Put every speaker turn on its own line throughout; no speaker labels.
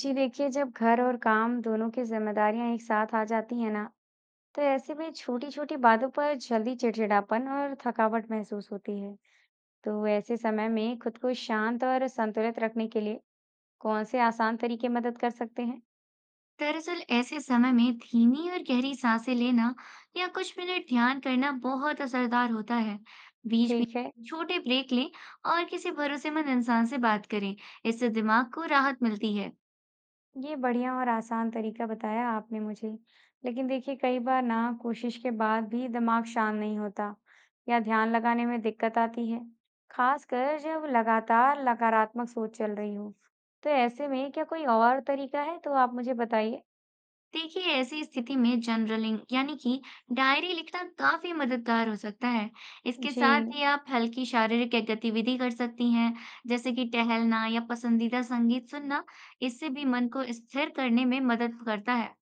जी देखिए, जब घर और काम दोनों की जिम्मेदारियां एक साथ आ जाती हैं ना, तो ऐसे में छोटी छोटी बातों पर जल्दी चिड़चिड़ापन और थकावट महसूस होती है। तो ऐसे समय में खुद को शांत और संतुलित रखने के लिए कौन से आसान तरीके मदद कर सकते हैं?
दरअसल ऐसे समय में धीमी और गहरी सांसें लेना या कुछ मिनट ध्यान करना बहुत असरदार होता है। बीच
ठीक है।
बीच छोटे ब्रेक लें और किसी भरोसेमंद इंसान से बात करें। इससे दिमाग को राहत मिलती है।
ये बढ़िया और आसान तरीका बताया आपने मुझे। लेकिन देखिए, कई बार ना कोशिश के बाद भी दिमाग शांत नहीं होता या ध्यान लगाने में दिक्कत आती है, खासकर जब लगातार नकारात्मक सोच चल रही हो। तो ऐसे में क्या कोई और तरीका है तो आप मुझे बताइए।
देखिए, ऐसी स्थिति में जर्नलिंग यानी कि डायरी लिखना काफी मददगार हो सकता है। इसके
जी।
साथ ही आप हल्की शारीरिक एक गतिविधि कर सकती हैं, जैसे कि टहलना या पसंदीदा संगीत सुनना। इससे भी मन को स्थिर करने में मदद करता है।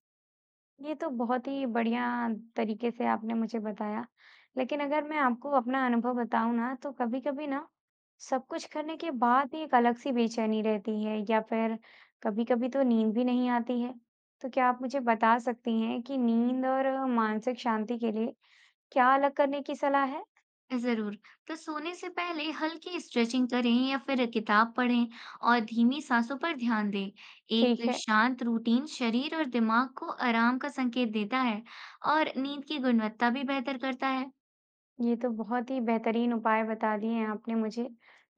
ये तो बहुत ही बढ़िया तरीके से आपने मुझे बताया। लेकिन अगर मैं आपको अपना अनुभव बताऊँ ना, तो कभी-कभी ना सब कुछ करने के बाद भी एक अलग-सी बेचैनी रहती है या फिर कभी-कभी तो नींद भी नहीं आती है। तो क्या आप मुझे बता सकती हैं कि नींद और मानसिक शांति के लिए क्या अलग करने की सलाह है?
जरूर। तो सोने से पहले हल्की स्ट्रेचिंग करें या फिर किताब पढ़ें और धीमी सांसों पर ध्यान दें। एक
ठीक है।
शांत रूटीन शरीर और दिमाग को आराम का संकेत देता है और नींद की गुणवत्ता भी बेहतर करता है।
ये तो बहुत ही बेहतरीन उपाय बता दिए हैं आपने मुझे।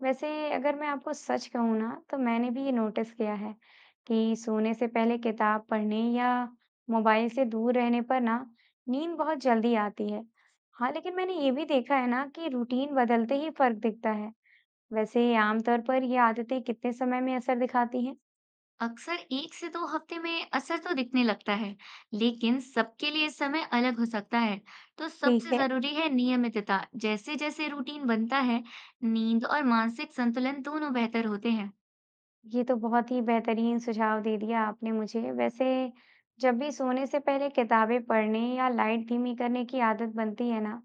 वैसे अगर मैं आपको सच कहूँ ना, तो मैंने भी ये नोटिस किया है कि सोने से पहले किताब पढ़ने या मोबाइल से दूर रहने पर ना नींद बहुत जल्दी आती है। हाँ, लेकिन मैंने ये भी देखा है ना कि रूटीन बदलते ही फर्क दिखता है। वैसे आमतौर पर ये आदतें कितने समय में असर दिखाती हैं?
अक्सर 1 से 2 हफ्ते में असर तो दिखने लगता है, लेकिन सबके लिए समय अलग हो सकता है। तो सबसे
ठीक है।
जरूरी है नियमितता। जैसे जैसे रूटीन बनता है, नींद और मानसिक संतुलन दोनों बेहतर होते हैं।
ये तो बहुत ही बेहतरीन सुझाव दे दिया आपने मुझे। वैसे जब भी सोने से पहले किताबें पढ़ने या लाइट धीमी करने की आदत बनती है ना,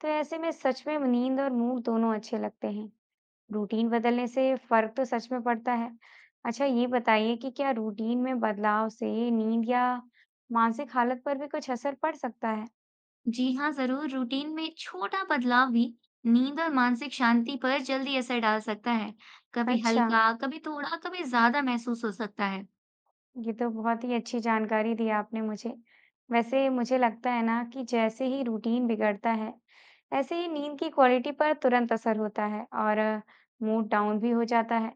तो ऐसे में सच में नींद और मूड दोनों अच्छे लगते हैं। रूटीन बदलने से फर्क तो सच में पड़ता है। अच्छा, ये बताइए कि क्या रूटीन में बदलाव से नींद या मानसिक हालत पर भी कुछ असर पड़ सकता है?
जी हाँ, जरूर। रूटीन में छोटा बदलाव भी नींद और मानसिक शांति पर जल्दी असर डाल सकता है। कभी
अच्छा।
हल्का, कभी थोड़ा, कभी ज्यादा महसूस हो सकता है।
ये तो बहुत ही अच्छी जानकारी दी आपने मुझे। वैसे मुझे लगता है ना कि जैसे ही रूटीन बिगड़ता है, ऐसे ही नींद की क्वालिटी पर तुरंत असर होता है और मूड डाउन भी हो जाता है।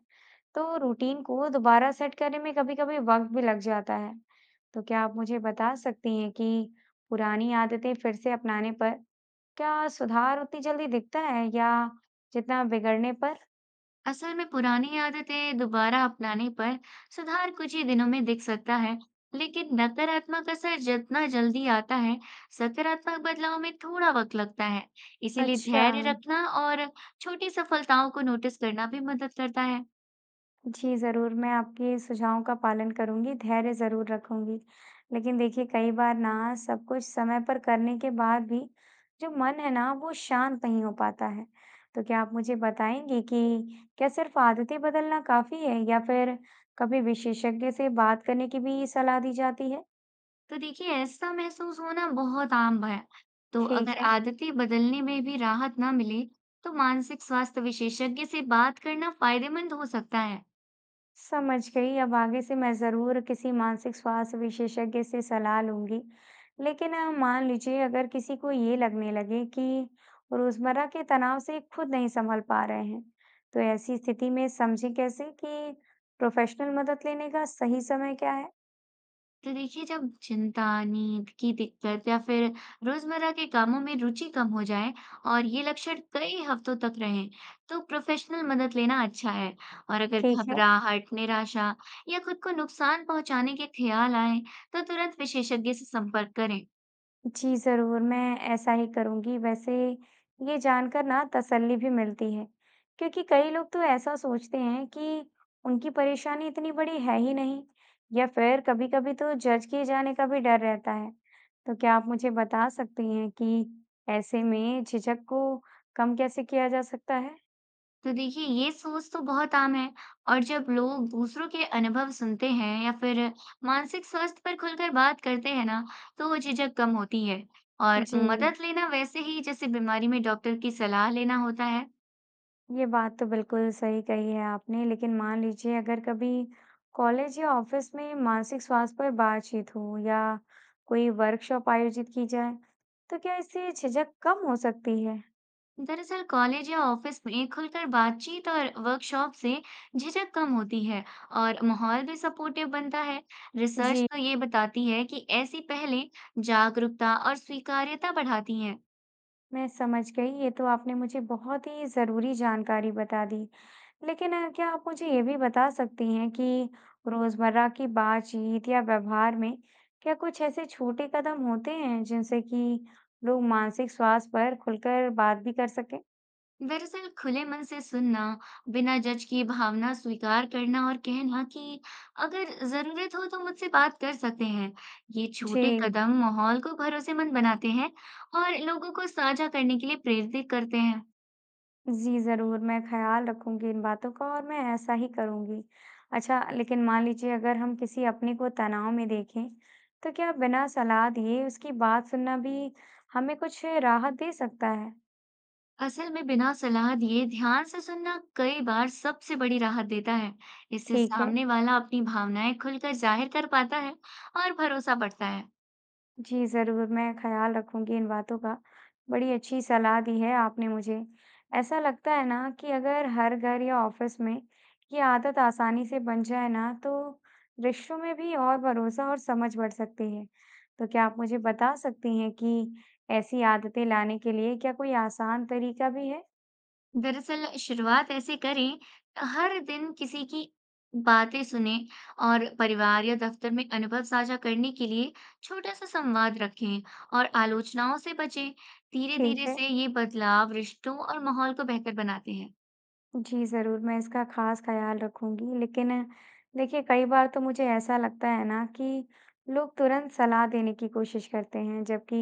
तो रूटीन को दोबारा सेट करने में कभी-कभी वक़्त भी लग जाता है। तो क्या आप मुझे बता सकती हैं कि पुरानी आदतें फिर से अपनाने पर क्या सुधार उतनी जल्दी दिखता है या जितना बिगड़ने पर?
असल में पुरानी आदतें दोबारा अपनाने पर सुधार कुछ ही दिनों में दिख सकता है, लेकिन नकारात्मक असर जितना जल्दी आता है, सकारात्मक बदलाव में थोड़ा वक्त लगता है। इसीलिए
अच्छा।
धैर्य रखना और छोटी सफलताओं को नोटिस करना भी मदद करता है।
जी, ज़रूर, मैं आपके सुझावों का पालन करूँगी, धैर्य ज़रूर रखूँगी। लेकिन देखिए, कई बार ना सब कुछ समय पर करने के बाद भी जो मन है ना, वो शांत नहीं हो पाता है। तो क्या आप मुझे बताएँगी कि क्या सिर्फ़ आदतें बदलना काफ़ी है या फिर कभी विशेषज्ञ से बात करने की भी सलाह दी जाती है?
तो देखिए, ऐसा महसूस होना बहुत आम है। तो
ठीक
अगर
है।
आदतें बदलने में भी राहत ना मिले, तो मानसिक स्वास्थ्य विशेषज्ञ से बात करना फायदेमंद हो सकता है।
समझ गई। अब आगे से मैं ज़रूर किसी मानसिक स्वास्थ्य विशेषज्ञ से सलाह लूँगी। लेकिन मान लीजिए अगर किसी को ये लगने लगे कि रोज़मर्रा के तनाव से खुद नहीं सँभल पा रहे हैं, तो ऐसी स्थिति में समझें कैसे कि प्रोफ़ेशनल मदद लेने का सही समय क्या है?
तो देखिए, जब चिंता, नींद की दिक्कत या फिर रोजमर्रा के कामों में रुचि कम हो जाए और ये लक्षण कई हफ्तों तक रहें, तो प्रोफेशनल मदद लेना अच्छा है। और अगर
ठीक है।
घबराहट, निराशा या खुद को नुकसान पहुंचाने के ख्याल आए, तो तुरंत विशेषज्ञ से संपर्क करें।
जी, ज़रूर, मैं ऐसा ही करूँगी। वैसे ये जानकर ना तसल्ली भी मिलती है, क्योंकि कई लोग तो ऐसा सोचते हैं कि उनकी परेशानी इतनी बड़ी है ही नहीं या फिर कभी-कभी तो जज किए जाने का भी डर रहता है। तो क्या आप मुझे बता सकती हैं कि ऐसे में झिझक को कम कैसे किया जा सकता है?
तो देखिए, ये सोच तो बहुत आम है। और जब लोग दूसरों के अनुभव सुनते हैं या फिर मानसिक स्वास्थ्य पर खुलकर बात करते हैं ना, तो वो झिझक कम होती है। और
जी।
मदद लेना वैसे ही जैसे बीमारी में डॉक्टर की सलाह लेना होता है।
ये बात तो बिल्कुल सही कही है आपने। लेकिन मान लीजिए अगर कभी कॉलेज या ऑफिस में मानसिक स्वास्थ्य पर बातचीत हो या कोई वर्कशॉप आयोजित की जाए, तो क्या इससे झिझक कम हो सकती है?
दरअसल, कॉलेज या ऑफिस में खुलकर बातचीत और वर्कशॉप से झिझक कम होती है और माहौल भी सपोर्टिव बनता है। रिसर्च
जी,
तो ये बताती है कि ऐसी पहलें जागरूकता और स्वीकार्यता बढ़ाती हैं।
मैं समझ गई। ये तो आपने मुझे बहुत ही ज़रूरी जानकारी बता दी। लेकिन क्या आप मुझे ये भी बता सकती हैं कि रोज़मर्रा की बातचीत या व्यवहार में क्या कुछ ऐसे छोटे कदम होते हैं जिनसे कि लोग मानसिक स्वास्थ्य पर खुलकर बात भी कर सकें?
दरअसल खुले मन से सुनना, बिना जज किए भावना स्वीकार करना और कहना कि अगर जरूरत हो तो मुझसे बात कर सकते हैं। ये छोटे
जी,
कदम माहौल को भरोसेमंद बनाते हैं और लोगों को साझा करने के लिए प्रेरित करते हैं।
जी, ज़रूर, मैं ख़्याल रखूँगी इन बातों का और मैं ऐसा ही करूँगी। अच्छा, लेकिन मान लीजिए अगर हम किसी अपने को तनाव में देखें, तो क्या बिना सलाह दिए उसकी बात सुनना भी हमें कुछ राहत दे सकता है?
असल में बिना सलाह दिए ध्यान से सुनना कई बार सबसे बड़ी राहत देता है। इससे
ठीक है।
सामने वाला अपनी भावनाएं खुलकर जाहिर कर पाता है और भरोसा बढ़ता है।
जी, ज़रूर, मैं ख़्याल रखूँगी इन बातों का। बड़ी अच्छी सलाह दी है आपने मुझे। ऐसा लगता है ना कि अगर हर घर या ऑफ़िस में ये आदत आसानी से बन जाए ना, तो रिश्तों में भी और भरोसा और समझ बढ़ सकती है। तो क्या आप मुझे बता सकती हैं कि ऐसी आदतें लाने के लिए क्या कोई आसान तरीका भी है?
दरअसल शुरुआत ऐसे करें, हर दिन किसी की बातें सुने और परिवार या दफ्तर में अनुभव साझा करने के लिए छोटा सा संवाद रखें और आलोचनाओं से बचें। धीरे
ठीक
धीरे
है।
से ये बदलाव रिश्तों और माहौल को बेहतर बनाते हैं।
जी, ज़रूर, मैं इसका ख़ास ख़्याल रखूँगी। लेकिन देखिए, कई बार तो मुझे ऐसा लगता है ना कि लोग तुरंत सलाह देने की कोशिश करते हैं, जबकि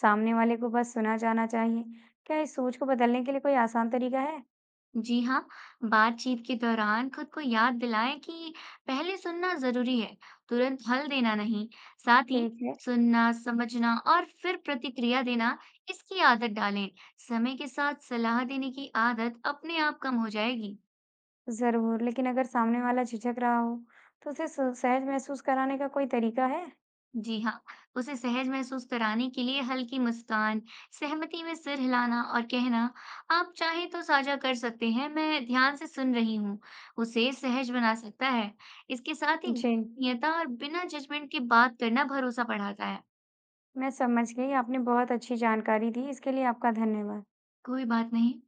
सामने वाले को बस सुना जाना चाहिए। क्या इस सोच को बदलने के लिए कोई आसान तरीका है?
जी हाँ, बातचीत के दौरान खुद को याद दिलाएं कि पहले सुनना जरूरी है, तुरंत हल देना नहीं। साथ ही
ठीक है,
सुनना, समझना और फिर प्रतिक्रिया देना, इसकी आदत डालें। समय के साथ सलाह देने की आदत अपने आप कम हो जाएगी।
ज़रूर। लेकिन अगर सामने वाला झिझक रहा हो, तो उसे स सहज महसूस कराने का कोई तरीका है?
जी हाँ, उसे सहज महसूस कराने के लिए हल्की मुस्कान, सहमति में सिर हिलाना और कहना, आप चाहे तो साझा कर सकते हैं, मैं ध्यान से सुन रही हूँ, उसे सहज बना सकता है। इसके साथ ही
जी,
गोपनीयता और बिना जजमेंट के बात करना भरोसा बढ़ाता है।
मैं समझ गई। आपने बहुत अच्छी जानकारी दी, इसके लिए आपका धन्यवाद।
कोई बात नहीं।